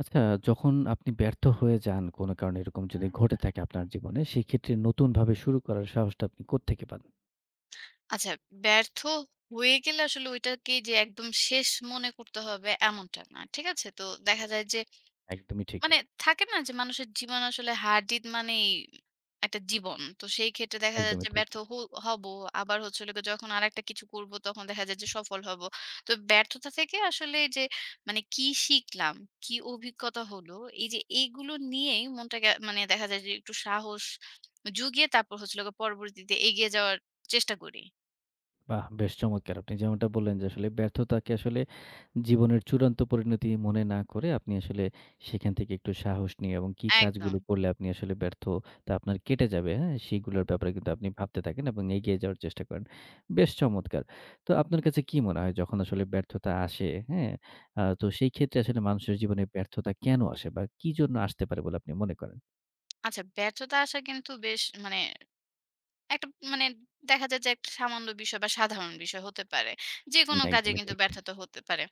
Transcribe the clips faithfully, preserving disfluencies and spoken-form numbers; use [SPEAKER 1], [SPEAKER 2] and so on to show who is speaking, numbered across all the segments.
[SPEAKER 1] আচ্ছা, যখন আপনি ব্যর্থ হয়ে যান কোনো কারণে এরকম যদি হুম। ঘটে থাকে আপনার জীবনে, সেক্ষেত্রে নতুনভাবে শুরু করার সাহসটা আপনি কোত্থেকে পান?
[SPEAKER 2] আচ্ছা, ব্যর্থ হয়ে গেলে আসলে ওইটাকে যে একদম শেষ মনে করতে হবে এমনটা না। ঠিক আছে? তো দেখা যায় যে
[SPEAKER 1] একদমই ঠিক,
[SPEAKER 2] মানে থাকে না যে মানুষের জীবন আসলে হার-জিত মানেই একটা জীবন। তো সেই ক্ষেত্রে দেখা যায়
[SPEAKER 1] একদমই
[SPEAKER 2] যে
[SPEAKER 1] ঠিক।
[SPEAKER 2] ব্যর্থ হ হব। আবার হচ্ছে হলো গিয়ে যখন আরেকটা কিছু করব তখন দেখা যায় যে সফল হব। তো ব্যর্থতা থেকে আসলে যে মানে কি শিখলাম, কি অভিজ্ঞতা হলো এই যে এইগুলো নিয়েই মনটাকে মানে দেখা যায় যে একটু সাহস জুগিয়ে তারপর হচ্ছে হলো গিয়ে পরবর্তীতে এগিয়ে যাওয়ার চেষ্টা করি।
[SPEAKER 1] বাহ! বেশ চমৎকার! আপনি যেমনটা বললেন যে আসলে ব্যর্থতাকে আসলে জীবনের চূড়ান্ত পরিণতি মনে না করে আপনি আসলে সেখান থেকে একটু সাহস নিয়ে এবং কি
[SPEAKER 2] একদম।
[SPEAKER 1] কাজগুলো করলে আপনি আসলে ব্যর্থতা আপনার কেটে যাবে, হ্যাঁ? সেগুলোর ব্যাপারে কিন্তু আপনি ভাবতে থাকেন এবং এগিয়ে যাওয়ার চেষ্টা করেন। বেশ চমৎকার! তো আপনার কাছে কি মনে হয় যখন আসলে ব্যর্থতা আসে, হ্যাঁ? আ তো সেই ক্ষেত্রে আসলে মানুষের জীবনে ব্যর্থতা কেন আসে বা কি জন্য আসতে পারে বলে আপনি মনে করেন?
[SPEAKER 2] আচ্ছা, ব্যর্থতা আসা কিন্তু বেশ মানে একটা মানে দেখা যায় যে একটা সামান্য বিষয় বা সাধারণ বিষয় হতে পারে।
[SPEAKER 1] হুম।
[SPEAKER 2] যেকোনো কাজে
[SPEAKER 1] একদমই
[SPEAKER 2] কিন্তু
[SPEAKER 1] ঠিক।
[SPEAKER 2] ব্যর্থতা হতে পারে।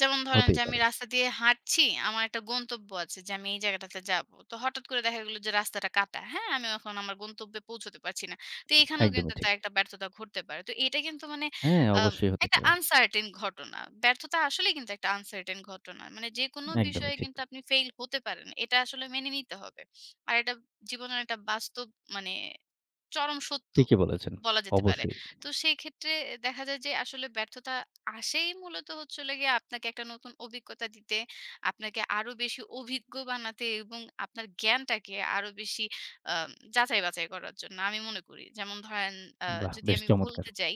[SPEAKER 2] যেমন ধরেন
[SPEAKER 1] হতেই
[SPEAKER 2] যে আমি
[SPEAKER 1] পারে।
[SPEAKER 2] রাস্তা দিয়ে হাঁটছি, আমার একটা গন্তব্য আছে যে আমি এই জায়গাটাতে যাবো। তো হঠাৎ করে দেখা গেল যে রাস্তাটা কাটা। হ্যাঁ? আমি এখন আমার গন্তব্যে পৌঁছতে পারছি না। তো এখানেও কিন্তু
[SPEAKER 1] একদমই ঠিক।
[SPEAKER 2] তার একটা ব্যর্থতা ঘটতে পারে। তো এটা কিন্তু মানে
[SPEAKER 1] হ্যাঁ,
[SPEAKER 2] আম
[SPEAKER 1] অবশ্যই হতে
[SPEAKER 2] একটা
[SPEAKER 1] পারে।
[SPEAKER 2] আনসার্টেইন ঘটনা। ব্যর্থতা আসলেই কিন্তু একটা আনসার্টেইন ঘটনা। মানে যেকোনো
[SPEAKER 1] একদমই
[SPEAKER 2] বিষয়ে
[SPEAKER 1] ঠিক।
[SPEAKER 2] কিন্তু আপনি ফেইল হতে পারেন। এটা আসলে মেনে নিতে হবে। আর এটা জীবনের একটা বাস্তব মানে চরম সত্য
[SPEAKER 1] ঠিকই বলেছেন।
[SPEAKER 2] বলা যেতে পারে।
[SPEAKER 1] অবশ্যই।
[SPEAKER 2] তো সেই ক্ষেত্রে দেখা যায় যে আসলে ব্যর্থতা আসেই মূলত হচ্ছে হলো গিয়ে আপনাকে একটা নতুন অভিজ্ঞতা দিতে, আপনাকে আরো বেশি অভিজ্ঞ বানাতে এবং আপনার জ্ঞানটাকে আরো বেশি আ যাচাই-বাছাই করার জন্য আমি মনে করি। যেমন ধরেন আ
[SPEAKER 1] বাহ!
[SPEAKER 2] যদি
[SPEAKER 1] বেশ
[SPEAKER 2] আমি
[SPEAKER 1] চমৎকার।
[SPEAKER 2] বলতে যাই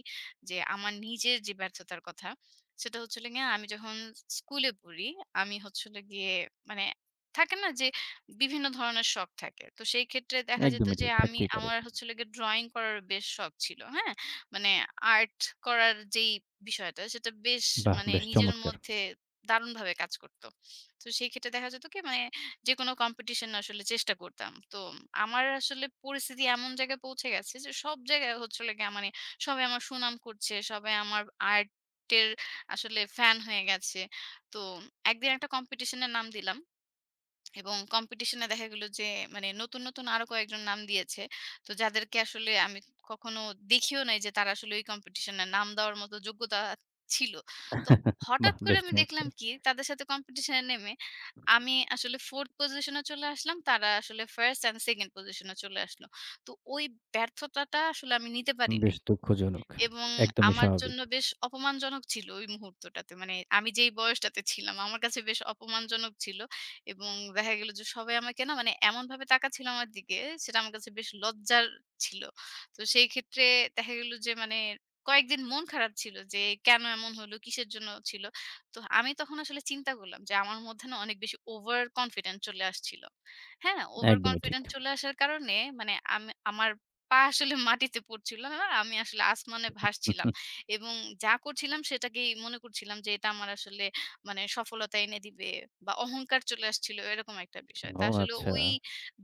[SPEAKER 2] যে আমার নিজের যে ব্যর্থতার কথা, সেটা হচ্ছে হলো গিয়ে আমি যখন স্কুলে পড়ি, আমি হচ্ছে হলো গিয়ে মানে থাকে না যে বিভিন্ন ধরনের শখ থাকে। তো সেই ক্ষেত্রে দেখা যেত
[SPEAKER 1] একদমই
[SPEAKER 2] যে
[SPEAKER 1] ঠিক।
[SPEAKER 2] আমি
[SPEAKER 1] থাকতেই পারে।
[SPEAKER 2] আমার হচ্ছে হলো গিয়ে ড্রইং করার বেশ শখ ছিল। হ্যাঁ? মানে আর্ট করার যেই বিষয়টা সেটা বেশ
[SPEAKER 1] বাহ!
[SPEAKER 2] মানে
[SPEAKER 1] বেশ
[SPEAKER 2] নিজের
[SPEAKER 1] চমৎকার।
[SPEAKER 2] মধ্যে দারুণভাবে কাজ করত। তো সেই ক্ষেত্রে দেখা যেত কি মানে যেকোনো কম্পিটিশন আসলে চেষ্টা করতাম। তো আমার আসলে পরিস্থিতি এমন জায়গায় পৌঁছে গেছে যে সব জায়গায় হচ্ছে হলো গিয়ে মানে সবাই আমার সুনাম করছে, সবাই আমার আর্টের আসলে ফ্যান হয়ে গেছে। তো একদিন একটা কম্পিটিশন এর নাম দিলাম। এবং কম্পিটিশনে দেখা গেল যে মানে নতুন, নতুন আরো কয়েকজন নাম দিয়েছে। তো যাদেরকে আসলে আমি কখনো দেখিও নাই যে তারা আসলে ওই কম্পিটিশন এ নাম দেওয়ার মতো যোগ্যতা ছিল। তো
[SPEAKER 1] বাহ!
[SPEAKER 2] হঠাৎ করে
[SPEAKER 1] বেশ
[SPEAKER 2] আমি দেখলাম
[SPEAKER 1] চমৎকার।
[SPEAKER 2] কি তাদের সাথে কম্পিটিশন এ নেমে আমি আসলে ফোর্থ পজিশন এ চলে আসলাম। তারা আসলে ফার্স্ট এন্ড সেকেন্ড পজিশন এ চলে আসলো। তো ওই ব্যর্থতাটা আসলে আমি নিতে পারি নাই।
[SPEAKER 1] বেশ দুঃখজনক।
[SPEAKER 2] এবং
[SPEAKER 1] একদমই
[SPEAKER 2] আমার
[SPEAKER 1] স্বাভাবিক।
[SPEAKER 2] জন্য বেশ অপমানজনক ছিল ওই মুহূর্তটাতে। মানে আমি যেই বয়সটাতে ছিলাম, আমার কাছে বেশ অপমানজনক ছিল। এবং দেখা গেল যে সবাই আমাকে না মানে এমনভাবে তাকাচ্ছিল আমার দিকে, সেটা আমার কাছে বেশ লজ্জার ছিল। তো সেই ক্ষেত্রে দেখা গেল যে মানে কয়েকদিন মন খারাপ ছিল যে কেন এমন হলো? কিসের জন্য ছিল? তো আমি তখন আসলে চিন্তা করলাম যে আমার মধ্যে না অনেক বেশি ওভার কনফিডেন্ট চলে আসছিল। হ্যাঁ? ওভার
[SPEAKER 1] একদমই ঠিক।
[SPEAKER 2] কনফিডেন্ট চলে আসার কারণে মানে আমি আমার পা আসলে মাটিতে পড়ছিল না। আমি আসলে আসমানে ভাসছিলাম। এবং যা করছিলাম সেটাকেই মনে করছিলাম যে এটা আমার আসলে মানে সফলতা এনে দিবে বা অহংকার চলে আসছিল এরকম একটা বিষয়। তা
[SPEAKER 1] ও
[SPEAKER 2] আসলে
[SPEAKER 1] আচ্ছা।
[SPEAKER 2] ওই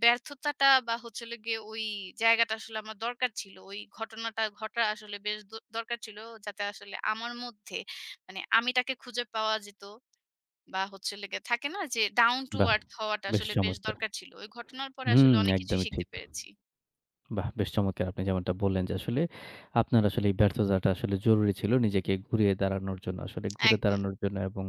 [SPEAKER 2] ব্যর্থতাটা বা হচ্ছে হলো গিয়ে ওই জায়গাটা আসলে আমার দরকার ছিল। ওই ঘটনাটা ঘটা আসলে বেশ দ দরকার ছিল যাতে আসলে আমার মধ্যে মানে আমিটাকে খুঁজে পাওয়া যেত বা হচ্ছে হলো গিয়ে থাকে না যে ডাউন টু
[SPEAKER 1] বাহ!
[SPEAKER 2] আর্থ হওয়াটা
[SPEAKER 1] বেশ
[SPEAKER 2] আসলে বেশ
[SPEAKER 1] চমৎকার।
[SPEAKER 2] দরকার ছিল। ওই ঘটনার পরে
[SPEAKER 1] হুম,
[SPEAKER 2] আসলে অনেক কিছুই
[SPEAKER 1] একদমই
[SPEAKER 2] শিখতে
[SPEAKER 1] ঠিক।
[SPEAKER 2] পেরেছি।
[SPEAKER 1] বাহ! বেশ চমৎকার! আপনি যেমনটা বললেন যে আসলে আপনার আসলে এই ব্যর্থতাটা আসলে জরুরি ছিল নিজেকে ঘুরিয়ে দাঁড়ানোর জন্য। আসলে ঘুরে
[SPEAKER 2] একদম।
[SPEAKER 1] দাঁড়ানোর জন্য এবং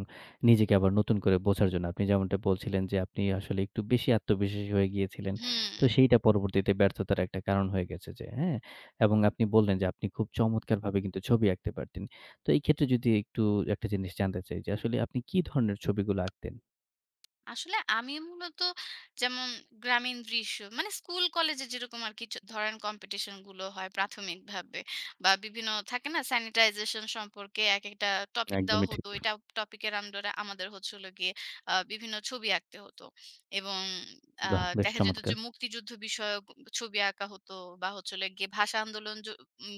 [SPEAKER 1] নিজেকে আবার নতুন করে বোঝার জন্য। আপনি যেমনটা বলছিলেন যে আপনি আসলে একটু বেশি আত্মবিশ্বাসী হয়ে গিয়েছিলেন।
[SPEAKER 2] হুম।
[SPEAKER 1] তো সেইটা পরবর্তীতে ব্যর্থতার একটা কারণ হয়ে গেছে যে, হ্যাঁ? এবং আপনি বললেন যে আপনি খুব চমৎকারভাবে কিন্তু ছবি আঁকতে পারতেন। তো এই ক্ষেত্রে যদি একটু একটা জিনিস জানতে চাই যে আসলে আপনি কি ধরনের ছবিগুলো আঁকতেন?
[SPEAKER 2] আসলে আমি মূলত যেমন গ্রামীণ দৃশ্য মানে স্কুল কলেজে যেরকম আর কি চ- ধরেন কম্পিটিশন গুলো হয় প্রাথমিকভাবে, বা বিভিন্ন থাকে না স্যানিটাইজেশন সম্পর্কে এক একটা টপিক দেওয়া
[SPEAKER 1] একদমই ঠিক।
[SPEAKER 2] হতো, এটা টপিকের আন্ডারে আমাদের হচ্ছিল গিয়ে আহ, বিভিন্ন ছবি আঁকতে হতো এবং
[SPEAKER 1] বাহ!
[SPEAKER 2] আহ,
[SPEAKER 1] বেশ
[SPEAKER 2] দেখা যেত যে
[SPEAKER 1] চমৎকার!
[SPEAKER 2] মুক্তিযুদ্ধ বিষয়ক ছবি আঁকা হতো বা হচ্ছিল গিয়ে ভাষা আন্দোলন জ- উম,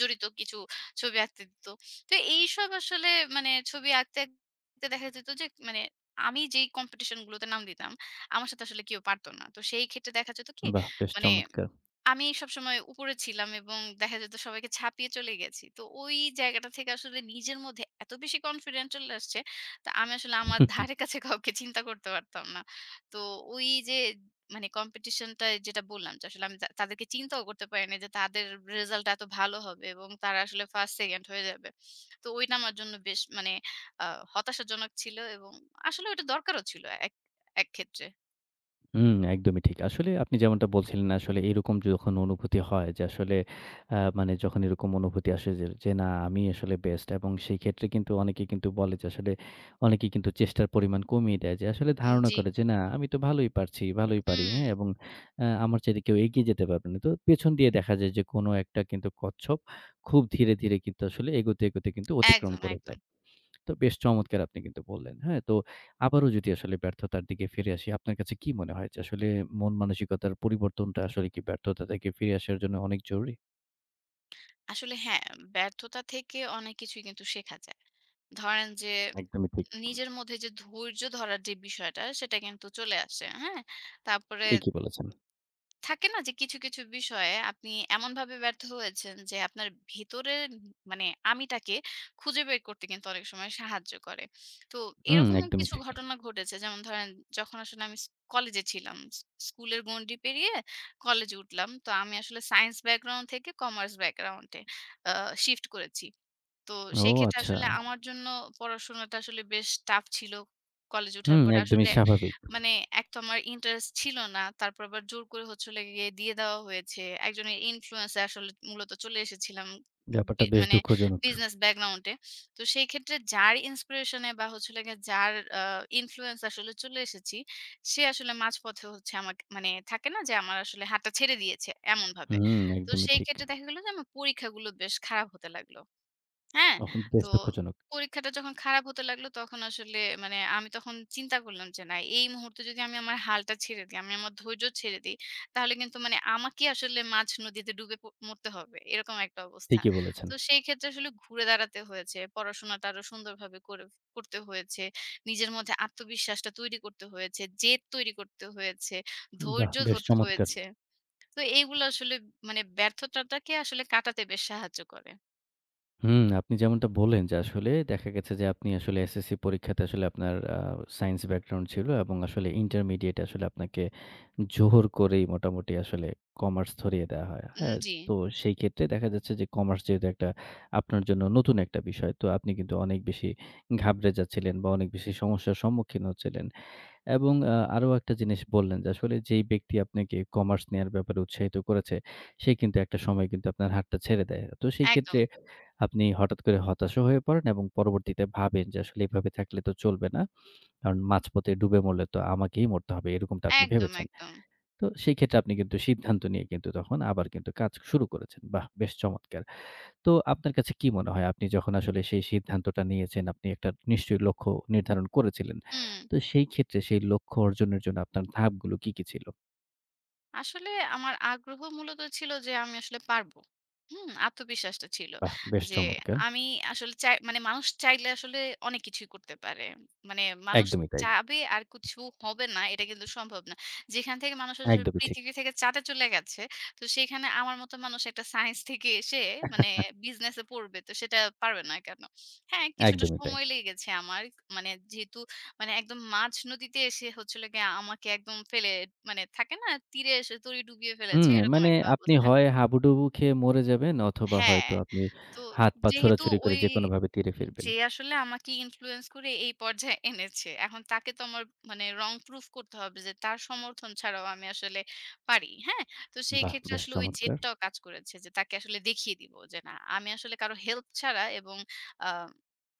[SPEAKER 2] জড়িত কিছু ছবি আঁকতে দিত। তো এইসব আসলে মানে ছবি আঁকতে আঁকতে দেখা যেত যে মানে আমি যেই কম্পিটিশন গুলোতে নাম দিতাম, আমার সাথে আসলে কেউ পারত না। তো সেই ক্ষেত্রে দেখা যেত কি?
[SPEAKER 1] বাহ! বেশ
[SPEAKER 2] মানে
[SPEAKER 1] চমৎকার!
[SPEAKER 2] আমি সবসময় উপরে ছিলাম এবং দেখা যেত সবাইকে ছাপিয়ে চলে গেছি। তো ওই জায়গাটা থেকে আসলে নিজের মধ্যে এত বেশি কনফিডেন্ট চলে আসছে, তা আমি আসলে আমার ধারে কাছে কাউকে চিন্তা করতে পারতাম না। তো ওই যে মানে কম্পিটিশনটায় যেটা বললাম যে আসলে আমি তা তাদেরকে চিন্তাও করতে পারি নাই যে তাদের রেজাল্ট এত ভালো হবে এবং তারা আসলে ফার্স্ট, সেকেন্ড হয়ে যাবে। তো ওইটা আমার জন্য বেশ মানে আ হতাশাজনক ছিল এবং আসলে ওটা দরকারও ছিল এক এক ক্ষেত্রে।
[SPEAKER 1] হুম, একদমই ঠিক। আসলে আপনি যেমনটা বলছিলেন আসলে এরকম যখন অনুভূতি হয় যে আসলে আ মানে যখন এরকম অনুভূতি আসে যে, যে না আমি আসলে বেস্ট এবং সেই ক্ষেত্রে কিন্তু অনেকে কিন্তু বলে যে আসলে অনেকেই কিন্তু চেষ্টার পরিমাণ কমিয়ে দেয়। যে আসলে ধারণা
[SPEAKER 2] জি।
[SPEAKER 1] করে যে না আমি তো ভালোই পারছি, ভালোই পারি,
[SPEAKER 2] হুম,
[SPEAKER 1] হ্যাঁ? এবং আ আমার চাইতে কেউ এগিয়ে যেতে পারবে না। তো পেছন দিয়ে দেখা যায় যে কোনো একটা কিন্তু কচ্ছপ খুব ধীরে, ধীরে কিন্তু আসলে এগোতে, এগোতে কিন্তু অতিক্রম
[SPEAKER 2] একদম,
[SPEAKER 1] করে
[SPEAKER 2] একদম।
[SPEAKER 1] দেয়। তো বেশ চমৎকার আপনি কিন্তু বললেন। হ্যাঁ? তো আবারও যদি আসলে ব্যর্থতার দিকে ফিরে আসি, আপনার কাছে কি মনে হয় যে আসলে মন মানসিকতার পরিবর্তনটা আসলে কি ব্যর্থতা থেকে ফিরে আসার জন্য অনেক জরুরি?
[SPEAKER 2] আসলে হ্যাঁ, ব্যর্থতা থেকে অনেক কিছুই কিন্তু শেখা যায়। ধরেন যে
[SPEAKER 1] একদমই ঠিক।
[SPEAKER 2] নিজের মধ্যে যে ধৈর্য ধরার যে বিষয়টা সেটা কিন্তু চলে আসে। হ্যাঁ? তারপরে
[SPEAKER 1] ঠিকই বলেছেন।
[SPEAKER 2] থাকে না যে কিছু, কিছু বিষয়ে আপনি এমনভাবে ব্যর্থ হয়েছেন যে আপনার ভেতরের মানে আমিটাকে খুঁজে বের করতে কিন্তু অনেক সময় সাহায্য করে। তো
[SPEAKER 1] হুম,
[SPEAKER 2] এরকমও
[SPEAKER 1] একদমই
[SPEAKER 2] কিছু
[SPEAKER 1] ঠিক।
[SPEAKER 2] ঘটনা ঘটেছে, যেমন ধরেন যখন আসলে আমি স কলেজে ছিলাম। স স্কুলের গণ্ডি পেরিয়ে কলেজে উঠলাম। তো আমি আসলে সায়েন্স ব্যাকগ্রাউন্ড থেকে কমার্স ব্যাকগ্রাউন্ড এ আ শিফট করেছি। তো
[SPEAKER 1] ও
[SPEAKER 2] সেই ক্ষেত্রে
[SPEAKER 1] আচ্ছা।
[SPEAKER 2] আসলে আমার জন্য পড়াশোনাটা আসলে বেশ টাফ ছিল কলেজে ওঠার
[SPEAKER 1] হুম,
[SPEAKER 2] পরে।
[SPEAKER 1] একদমই
[SPEAKER 2] আসলে
[SPEAKER 1] স্বাভাবিক।
[SPEAKER 2] মানে এক তো আমার ইন্টারেস্ট ছিল না। তারপর আবার জোর করে হচ্ছে হলো গিয়ে দিয়ে দেওয়া হয়েছে। একজনের ইনফ্লুয়েন্স এ আসলে মূলত চলে এসেছিলাম বি
[SPEAKER 1] ব্যাপারটা বেশ
[SPEAKER 2] মানে
[SPEAKER 1] দুঃখজনক।
[SPEAKER 2] বিজনেস ব্যাকগ্রাউন্ড এ। তো সেই ক্ষেত্রে যার ইন্সপিরেশন এ বা হচ্ছে হলো গিয়ে যার আ ইনফ্লুয়েন্স আসলে চলে এসেছি, সে আসলে মাঝপথে হচ্ছে আমাকে মানে থাকে না যে আমার আসলে হাতটা ছেড়ে দিয়েছে এমনভাবে।
[SPEAKER 1] হুম,
[SPEAKER 2] তো
[SPEAKER 1] একদমই
[SPEAKER 2] সেই
[SPEAKER 1] ঠিক।
[SPEAKER 2] ক্ষেত্রে দেখা গেল যে আমার পরীক্ষাগুলো বেশ খারাপ হতে লাগলো। হ্যাঁ?
[SPEAKER 1] তখন
[SPEAKER 2] তো
[SPEAKER 1] বেশ দুঃখজনক।
[SPEAKER 2] পরীক্ষাটা যখন খারাপ হতে লাগলো তখন আসলে মানে আমি তখন চিন্তা করলাম যে না এই মুহূর্তে যদি আমি আমার হালটা ছেড়ে দিই, আমি আমার ধৈর্য ছেড়ে দিই, তাহলে কিন্তু মানে আমাকেই আসলে মাঝ নদীতে ডুবে প মরতে হবে। এরকম একটা অবস্থা।
[SPEAKER 1] ঠিকই বলেছেন।
[SPEAKER 2] তো সেই ক্ষেত্রে আসলে ঘুরে দাঁড়াতে হয়েছে। পড়াশোনাটা আরো সুন্দরভাবে করে করতে হয়েছে। নিজের মধ্যে আত্মবিশ্বাসটা তৈরি করতে হয়েছে, জেদ তৈরি করতে হয়েছে,
[SPEAKER 1] বাহ!
[SPEAKER 2] ধৈর্য
[SPEAKER 1] বেশ
[SPEAKER 2] ধরতে
[SPEAKER 1] চমৎকার।
[SPEAKER 2] হয়েছে। তো এইগুলো আসলে মানে ব্যর্থতাটাকে আসলে কাটাতে বেশ সাহায্য করে।
[SPEAKER 1] হুম, আপনি যেমনটা বললেন যে আসলে দেখা গেছে যে আপনি আসলে এস এস সি পরীক্ষাতে আসলে আপনার আ সায়েন্স ব্যাকগ্রাউন্ড ছিল এবং আসলে ইন্টারমিডিয়েট আসলে আপনাকে জোর করেই মোটামুটি আসলে কমার্স ধরিয়ে দেয়া হয়।
[SPEAKER 2] উম
[SPEAKER 1] হ্যাঁ?
[SPEAKER 2] জি,
[SPEAKER 1] তো সেই ক্ষেত্রে দেখা যাচ্ছে যে কমার্স যেহেতু একটা আপনার জন্য নতুন একটা বিষয়। তো আপনি কিন্তু অনেক বেশি ঘাবড়ে যাচ্ছিলেন বা অনেক বেশি সমস্যার সম্মুখীন হচ্ছিলেন। এবং আ আরো একটা জিনিস বললেন যে আসলে যেই ব্যক্তি আপনাকে কমার্স নেয়ার ব্যাপারে উৎসাহিত করেছে, সে কিন্তু একটা সময় কিন্তু আপনার হাতটা ছেড়ে দেয়। তো সেই
[SPEAKER 2] একদম।
[SPEAKER 1] ক্ষেত্রে আপনি হঠাৎ করে হতাশও হয়ে পড়েন এবং পরবর্তীতে ভাবেন যে আসলে এভাবে থাকলে তো চলবে না। কারণ মাঝপথে ডুবে মরলে তো আমাকেই মরতে হবে এরকমটা আপনি
[SPEAKER 2] একদম,
[SPEAKER 1] ভেবেছেন।
[SPEAKER 2] একদম।
[SPEAKER 1] তো সেই ক্ষেত্রে আপনি কিন্তু সিদ্ধান্ত নিয়ে কিন্তু তখন আবার কিন্তু কাজ শুরু করেছেন। বাহ! বেশ চমৎকার। তো আপনার কাছে কি মনে হয় আপনি যখন আসলে সেই সিদ্ধান্তটা নিয়েছেন আপনি একটা নিশ্চয়ই লক্ষ্য নির্ধারণ করেছিলেন।
[SPEAKER 2] হুম,
[SPEAKER 1] তো সেই ক্ষেত্রে সেই লক্ষ্য অর্জনের জন্য আপনার ধাপগুলো কি, কি ছিল?
[SPEAKER 2] আসলে আমার আগ্রহ মূলত ছিল যে আমি আসলে পারবো। হুম, আত্মবিশ্বাসটা ছিল।
[SPEAKER 1] বাহ! বেশ
[SPEAKER 2] যে
[SPEAKER 1] চমৎকার।
[SPEAKER 2] আমি আসলে চাই মানে মানুষ চাইলে আসলে অনেক কিছুই করতে পারে। মানে মানুষ
[SPEAKER 1] একদমই তাই।
[SPEAKER 2] চাবে আর কিছু হবে না, এটা কিন্তু সম্ভব না। যেখান থেকে মানুষ আসলে
[SPEAKER 1] একদমই ঠিক।
[SPEAKER 2] পৃথিবী থেকে চাঁদে চলে গেছে, তো সেখানে আমার মতো মানুষ একটা সায়েন্স থেকে এসে মানে বিজনেসে পড়বে। তো সেটা পারবে না কেন? হ্যাঁ, কিছুটা
[SPEAKER 1] একদমই তাই।
[SPEAKER 2] সময় লেগেছে আমার। মানে যেহেতু মানে একদম মাঝ নদীতে এসে হচ্ছিল গিয়ে আমাকে একদম ফেলে মানে থাকে না তীরে এসে তরি ডুবিয়ে ফেলেছে
[SPEAKER 1] হুম,
[SPEAKER 2] এরকম
[SPEAKER 1] মানে
[SPEAKER 2] একটা
[SPEAKER 1] আপনি
[SPEAKER 2] অবস্থান।
[SPEAKER 1] হয় হাবুডুবু খেয়ে মরে যাবেন অথবা
[SPEAKER 2] হ্যাঁ,
[SPEAKER 1] হয়তো আপনি
[SPEAKER 2] তো
[SPEAKER 1] হাত-পা
[SPEAKER 2] যেহেতু
[SPEAKER 1] ছোড়াছুড়ি করে
[SPEAKER 2] ওই
[SPEAKER 1] যেকোনোভাবে তীরে ফিরবেন।
[SPEAKER 2] যে আসলে আমাকে ইনফ্লুয়েন্স করে এই পর্যায়ে এনেছে। এখন তাকে তো আমার মানে wrong proof করতে হবে যে তার সমর্থন ছাড়াও আমি আসলে পারি। হ্যাঁ? তো সেই
[SPEAKER 1] বাহ!
[SPEAKER 2] ক্ষেত্রে
[SPEAKER 1] বেশ
[SPEAKER 2] আসলে ওই
[SPEAKER 1] চমৎকার,
[SPEAKER 2] জেদটাও কাজ করেছে যে তাকে আসলে দেখিয়ে দিব যে না আমি আসলে কারো হেল্প ছাড়া এবং আ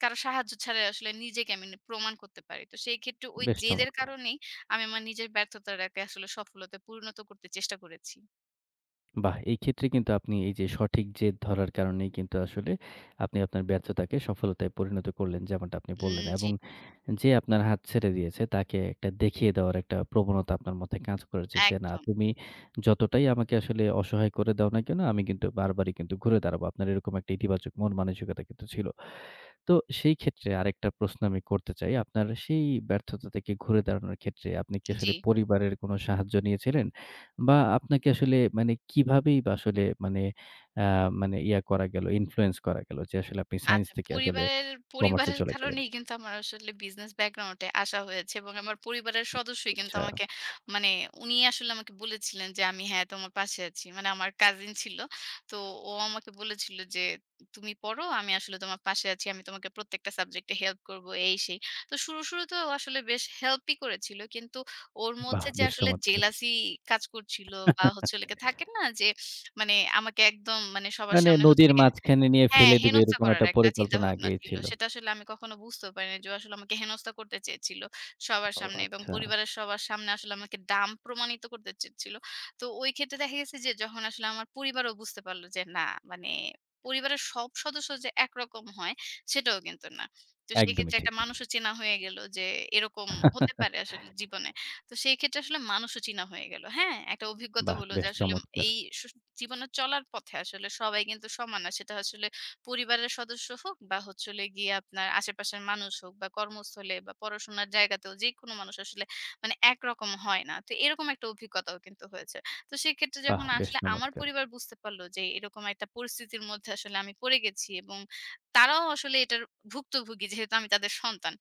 [SPEAKER 2] কারো সাহায্য ছাড়াই আসলে নিজেকে আমি নি প্রমাণ করতে পারি। তো সেই ক্ষেত্রে ওই
[SPEAKER 1] বেশ
[SPEAKER 2] জেদের
[SPEAKER 1] চমৎকার।
[SPEAKER 2] কারণেই আমি আমার নিজের ব্যর্থতাটাকে আসলে সফলতায় পরিণত করতে চেষ্টা করেছি।
[SPEAKER 1] বাহ! এই ক্ষেত্রে কিন্তু আপনি এই যে সঠিক জেদ ধরার কারণেই কিন্তু আসলে আপনি আপনার ব্যর্থতাকে সফলতায় পরিণত করলেন যেমনটা আপনি
[SPEAKER 2] উম
[SPEAKER 1] বললেন
[SPEAKER 2] জি,
[SPEAKER 1] এবং যে আপনার হাত ছেড়ে দিয়েছে তাকে একটা দেখিয়ে দেওয়ার একটা প্রবণতা আপনার মধ্যে কাজ করেছে যে, "না
[SPEAKER 2] একদম।
[SPEAKER 1] তুমি যতটাই আমাকে আসলে অসহায় করে দাও না কেন আমি কিন্তু বারবারই কিন্তু ঘুরে দাঁড়াবো।" আপনার এরকম একটা ইতিবাচক মন মানসিকতা কিন্তু ছিল। তো সেই ক্ষেত্রে আরেকটা প্রশ্ন আমি করতে চাই। আপনার সেই ব্যর্থতা থেকে ঘুরে দাঁড়ানোর ক্ষেত্রে আপনি কি
[SPEAKER 2] জি।
[SPEAKER 1] আসলে পরিবারের কোনো সাহায্য নিয়েছিলেন? বা আপনাকে আসলে মানে কিভাবেই বা আসলে মানে আ মানে ইয়া করা গেল, ইনফ্লুয়েন্স করা গেল যে আসলে আপনি সায়েন্স
[SPEAKER 2] আচ্ছা,
[SPEAKER 1] থেকে আসলে
[SPEAKER 2] পরিবারের
[SPEAKER 1] কমার্স এ
[SPEAKER 2] পরিবারের
[SPEAKER 1] চলে গেলেন।
[SPEAKER 2] কারণেই কিন্তু আমার আসলে বিজনেস ব্যাকগ্রাউন্ড এ আসা হয়েছে এবং আমার পরিবারের সদস্যই কিন্তু
[SPEAKER 1] আচ্ছা,
[SPEAKER 2] আমাকে মানে উনি আসলে আমাকে বলেছিলেন যে আমি হ্যাঁ তোমার পাশে আছি। মানে আমার কাজিন ছিল। তো ও আমাকে বলেছিল যে তুমি পড়ো, আমি আসলে তোমার পাশে আছি। আমি তোমাকে প্রত্যেকটা সাবজেক্টে হেল্প করব এই সেই। তো শুরু, শুরুতে ও আসলে বেশ হেল্পই করেছিল। কিন্তু ওর
[SPEAKER 1] বাহ!
[SPEAKER 2] মধ্যে যে
[SPEAKER 1] বেশ
[SPEAKER 2] আসলে
[SPEAKER 1] চমৎকার।
[SPEAKER 2] জেলাসি কাজ করছিল বা হচ্ছে হলো গিয়ে থাকে না যে মানে আমাকে একদম মানে সবার
[SPEAKER 1] মানে
[SPEAKER 2] সামনে হচ্ছে,
[SPEAKER 1] নদীর মাঝখানে নিয়ে
[SPEAKER 2] হ্যাঁ,
[SPEAKER 1] ফেলে দিবে
[SPEAKER 2] হেনস্থা
[SPEAKER 1] এরকম
[SPEAKER 2] করার
[SPEAKER 1] একটা
[SPEAKER 2] একটা
[SPEAKER 1] পরিকল্পনা
[SPEAKER 2] চিন্তাভাবনা
[SPEAKER 1] আগেই
[SPEAKER 2] ছিল।
[SPEAKER 1] ছিল।
[SPEAKER 2] সেটা আসলে আমি কখনো বুঝতেও পারিনি যে ও আসলে আমাকে হেনস্থা করতে চেয়েছিল সবার
[SPEAKER 1] ও
[SPEAKER 2] সামনে এবং
[SPEAKER 1] আচ্ছা,
[SPEAKER 2] পরিবারের সবার সামনে আসলে আমাকে ডাম্ব প্রমাণিত করতে চেয়েছিল। তো ওই ক্ষেত্রে দেখা গেছে যে যখন আসলে আমার পরিবারও বুঝতে পারল যে না মানে পরিবারের সব সদস্য যে একরকম হয় সেটাও কিন্তু না। তো
[SPEAKER 1] একদমই
[SPEAKER 2] সেক্ষেত্রে একটা
[SPEAKER 1] ঠিক।
[SPEAKER 2] মানুষও চেনা হয়ে গেল যে এরকম হতে পারে আসলে জীবনে। তো সেই ক্ষেত্রে আসলে মানুষও চেনা হয়ে গেল। হ্যাঁ? একটা অভিজ্ঞতা
[SPEAKER 1] বাহ!
[SPEAKER 2] হলো যে
[SPEAKER 1] বেশ
[SPEAKER 2] আসলে
[SPEAKER 1] চমৎকার!
[SPEAKER 2] এই স জীবনে চলার পথে আসলে সবাই কিন্তু সমান না। সেটা আসলে পরিবারের সদস্য হোক বা হচ্ছে হলো গিয়ে আপনার আশেপাশের মানুষ হোক বা কর্মস্থলে বা পড়াশোনার জায়গাতেও যেকোনো মানুষ আসলে মানে একরকম হয় না। তো এরকম একটা অভিজ্ঞতাও কিন্তু হয়েছে। তো সেক্ষেত্রে
[SPEAKER 1] বাহ!
[SPEAKER 2] যখন
[SPEAKER 1] বেশ
[SPEAKER 2] আসলে আমার
[SPEAKER 1] চমৎকার!
[SPEAKER 2] পরিবার বুঝতে পারলো যে এরকম একটা পরিস্থিতির মধ্যে আসলে আমি পড়ে গেছি এবং তারাও আসলে এটার ভুক্তভোগী যেহেতু আমি তাদের সন্তান।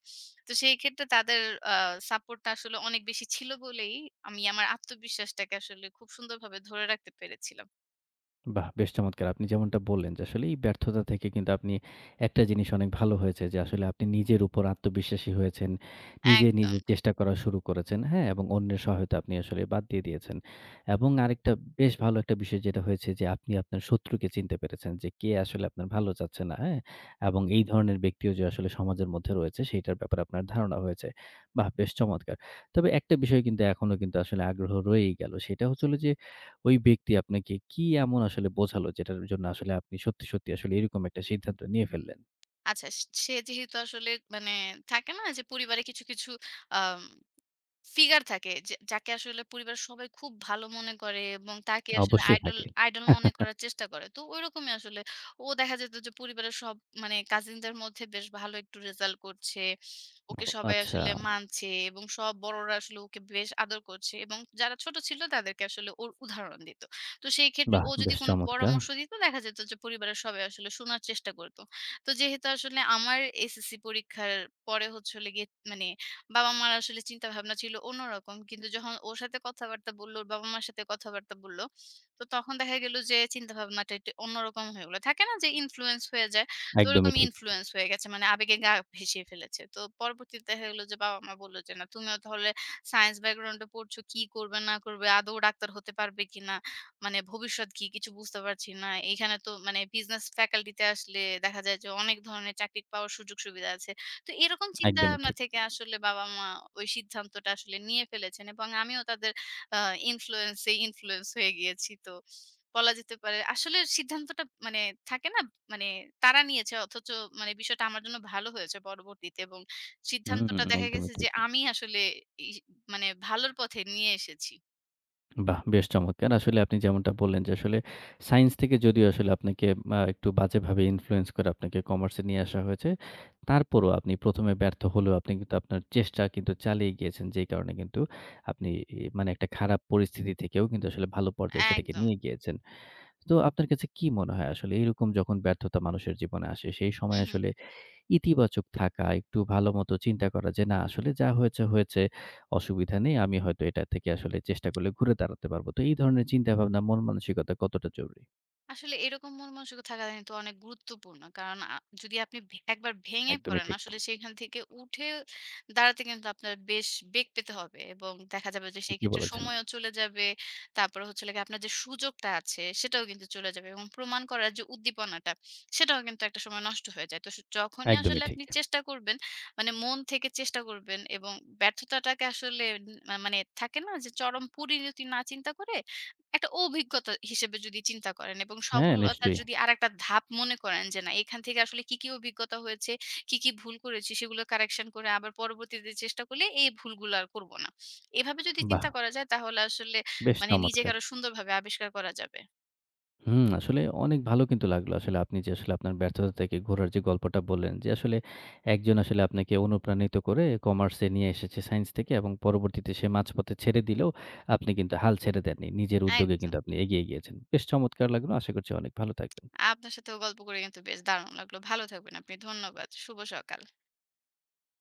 [SPEAKER 2] তো সেই ক্ষেত্রে তাদের আ সাপোর্টটা আসলে অনেক বেশি ছিল বলেই আমি আমার আত্মবিশ্বাসটাকে আসলে খুব সুন্দরভাবে ধরে রাখতে পেরেছিলাম।
[SPEAKER 1] বাহ! বেশ চমৎকার! আপনি যেমনটা বললেন যে আসলে এই ব্যর্থতা থেকে কিন্তু আপনি একটা জিনিস অনেক ভালো হয়েছে যে আসলে আপনি নিজের উপর আত্মবিশ্বাসী হয়েছেন। নিজে,
[SPEAKER 2] একদম।
[SPEAKER 1] নিজে চেষ্টা করা শুরু করেছেন, হ্যাঁ? এবং অন্যের সহায়তা আপনি আসলে বাদ দিয়ে দিয়েছেন। এবং আরেকটা বেশ ভালো একটা বিষয় যেটা হয়েছে যে আপনি আপনার শত্রুকে চিনতে পেরেছেন যে কে আসলে আপনার ভালো চাচ্ছে না, হ্যাঁ? এবং এই ধরনের ব্যক্তিও যে আসলে সমাজের মধ্যে রয়েছে সেইটার ব্যাপারে আপনার ধারণা হয়েছে। বাহ! বেশ চমৎকার! তবে একটা বিষয় কিন্তু এখনো কিন্তু আসলে আগ্রহ রয়েই গেল। সেটা হচ্ছে হলো যে ওই ব্যক্তি আপনাকে কি এমন আসলে বোঝালো যেটার জন্য আসলে আপনি সত্যি, সত্যি আসলে এরকম একটা সিদ্ধান্ত নিয়ে ফেললেন?
[SPEAKER 2] আচ্ছা, সে যেহেতু আসলে মানে থাকে না যে পরিবারে কিছু, কিছু আম ফিগার থাকে যে যাকে আসলে পরিবারের সবাই খুব ভালো মনে করে এবং তাকে আসলে
[SPEAKER 1] অবশ্যই
[SPEAKER 2] আইডল
[SPEAKER 1] থাকে।
[SPEAKER 2] আইডল মনে করার চেষ্টা করে। তো ঐরকমই আসলে ও দেখা যেত যে পরিবারের সব মানে কাজিনদের মধ্যে বেশ ভালো একটু রেজাল্ট করছে।
[SPEAKER 1] ও,
[SPEAKER 2] ওকে সবাই
[SPEAKER 1] আচ্ছা,
[SPEAKER 2] আসলে মানছে এবং সব বড়রা আসলে ওকে বেশ আদর করছে এবং যারা ছোট ছিল তাদেরকে আসলে ওর উদাহরণ দিত। তো সেই ক্ষেত্রে
[SPEAKER 1] বাহ!
[SPEAKER 2] ও যদি
[SPEAKER 1] বেশ
[SPEAKER 2] কোনো
[SPEAKER 1] চমৎকার।
[SPEAKER 2] পরামর্শ দিত দেখা যেত যে পরিবারের সবাই আসলে শোনার চেষ্টা করত। তো যেহেতু আসলে আমার এস এস সি পরীক্ষার পরে হচ্ছে হলো গিয়ে মানে বাবা-মার আসলে চিন্তাভাবনা ছিল অন্যরকম। কিন্তু যখন ওর সাথে কথাবার্তা বলল, ওর বাবা-মার সাথে কথাবার্তা বলল, তো তখন দেখা গেল যে চিন্তাভাবনাটা একটু অন্যরকম হয়ে গেল। থাকে না যে ইনফ্লুয়েন্স হয়ে যায়? তো ওরকম
[SPEAKER 1] একদমই ঠিক,
[SPEAKER 2] ইনফ্লুয়েন্স হয়ে গেছে। মানে আবেগে গা ভেসিয়ে ফেলেছে। তো পরবর্তীতে দেখা গেল যে বাবা-মা বলল যে, "না, তুমিও তাহলে সায়েন্স ব্যাকগ্রাউন্ডে পড়ছো, কি করবে না করবে? আদৌ ডাক্তার হতে পারবে কিনা? মানে ভবিষ্যৎ কি? কিছু বুঝতে পারছি না। এখানে তো মানে বিজনেস ফ্যাকাল্টিতে আসলে দেখা যায় যে অনেক ধরনের চাকরি পাওয়ার সুযোগ-সুবিধা আছে।" তো এরকম
[SPEAKER 1] একদমই
[SPEAKER 2] চিন্তাভাবনা
[SPEAKER 1] ঠিক।
[SPEAKER 2] থেকে আসলে বাবা-মা ওই সিদ্ধান্তটা আসলে নিয়ে ফেলেছেন এবং আমিও তাদের আ ইনফ্লুয়েন্স এ ইনফ্লুয়েন্স হয়ে গিয়েছি। তো বলা যেতে পারে আসলে সিদ্ধান্তটা মানে থাকে না? মানে তারা নিয়েছে অথচ মানে বিষয়টা আমার জন্য ভালো হয়েছে পরবর্তীতে এবং
[SPEAKER 1] হুম,
[SPEAKER 2] সিদ্ধান্তটা দেখা
[SPEAKER 1] একদমই
[SPEAKER 2] গেছে যে
[SPEAKER 1] ঠিক।
[SPEAKER 2] আমি আসলে ই মানে ভালোর পথে নিয়ে এসেছি।
[SPEAKER 1] বাহ! বেশ চমৎকার। আসলে আপনি যেমনটা বললেন যে আসলে সায়েন্স থেকে যদিও আসলে আপনাকে আ একটু বাজেভাবে ইনফ্লুয়েন্স করে আপনাকে কমার্সে নিয়ে আসা হয়েছে। তারপরও আপনি প্রথম এ ব্যর্থ হলেও আপনি কিন্তু আপনার চেষ্টা কিন্তু চালিয়ে গিয়েছেন। যেই কারণে কিন্তু আপনি ই মানে একটা খারাপ পরিস্থিতি থেকেও কিন্তু আসলে ভালো পর্যায়ে সেটাকে
[SPEAKER 2] একদম।
[SPEAKER 1] নিয়ে গিয়েছেন। তো আপনার কাছে কি মনে হয় আসলে এরকম যখন ব্যর্থতা মানুষের জীবনে আসে সেই
[SPEAKER 2] হু,
[SPEAKER 1] সময়
[SPEAKER 2] হু।
[SPEAKER 1] আসলে ইতিবাচক থাকা, একটু ভালোমতো চিন্তা করা যে, "না, আসলে যা হয়েছে, হয়েছে। অসুবিধা নেই। আমি হয়তো এটা থেকে আসলে চেষ্টা করলে ঘুরে দাঁড়াতে পারব।" তো এই ধরনের চিন্তাভাবনা, মন মানসিকতা কতটা জরুরি?
[SPEAKER 2] আসলে এরকম মন মানসিক থাকা কিন্তু অনেক গুরুত্বপূর্ণ। কারণ আ যদি আপনি ভে একবার ভেঙে
[SPEAKER 1] একদমই
[SPEAKER 2] পড়েন
[SPEAKER 1] ঠিক।
[SPEAKER 2] আসলে সেখান থেকে উঠে দাঁড়াতে কিন্তু আপনার বেশ বেগ পেতে হবে এবং দেখা যাবে যে
[SPEAKER 1] ঠিকই
[SPEAKER 2] সেক্ষেত্রে
[SPEAKER 1] বলেছেন।
[SPEAKER 2] সময়ও চলে যাবে। তারপরে হচ্ছে হলো গিয়ে আপনার যে সুযোগটা আছে সেটাও কিন্তু চলে যাবে এবং প্রমাণ করার যে উদ্দীপনাটা সেটাও কিন্তু একটা সময় নষ্ট হয়ে যায়। তো স যখনই আসলে
[SPEAKER 1] একদমই ঠিক।
[SPEAKER 2] আপনি চেষ্টা করবেন মানে মন থেকে চেষ্টা করবেন এবং ব্যর্থতাটাকে আসলে ন মানে থাকে না যে চরম পরিণতি না চিন্তা করে একটা অভিজ্ঞতা হিসেবে যদি চিন্তা করেন এবং
[SPEAKER 1] হ্যাঁ,
[SPEAKER 2] সফলতার
[SPEAKER 1] নিশ্চয়ই।
[SPEAKER 2] যদি আরেকটা ধাপ মনে করেন যে না এখান থেকে আসলে কি, কি অভিজ্ঞতা হয়েছে, কি, কি ভুল করেছি সেগুলো কারেকশন করে আবার পরবর্তীতে চেষ্টা করলে এই ভুলগুলো আর করব না। এভাবে যদি
[SPEAKER 1] বাহ!
[SPEAKER 2] চিন্তা করা যায় তাহলে আসলে
[SPEAKER 1] বেশ
[SPEAKER 2] মানে নিজেকে
[SPEAKER 1] চমৎকার!
[SPEAKER 2] আরো সুন্দরভাবে আবিষ্কার করা যাবে।
[SPEAKER 1] হুম, আসলে অনেক ভালো কিন্তু লাগলো আসলে আপনি যে আসলে আপনার ব্যর্থতা থেকে ঘোরার যে গল্পটা বললেন যে আসলে একজন আসলে আপনাকে অনুপ্রাণিত করে কমার্সে নিয়ে এসেছে সায়েন্স থেকে এবং পরবর্তীতে সে মাঝপথে ছেড়ে দিলেও আপনি কিন্তু হাল ছেড়ে দেননি। নিজের উদ্যোগে
[SPEAKER 2] একদম।
[SPEAKER 1] কিন্তু আপনি এগিয়ে গিয়েছেন। বেশ চমৎকার লাগলো। আশা করছি অনেক ভালো থাকবেন।
[SPEAKER 2] আপনার সাথেও গল্প করে কিন্তু বেশ দারুণ লাগলো। ভালো থাকবেন আপনি। ধন্যবাদ। শুভ সকাল।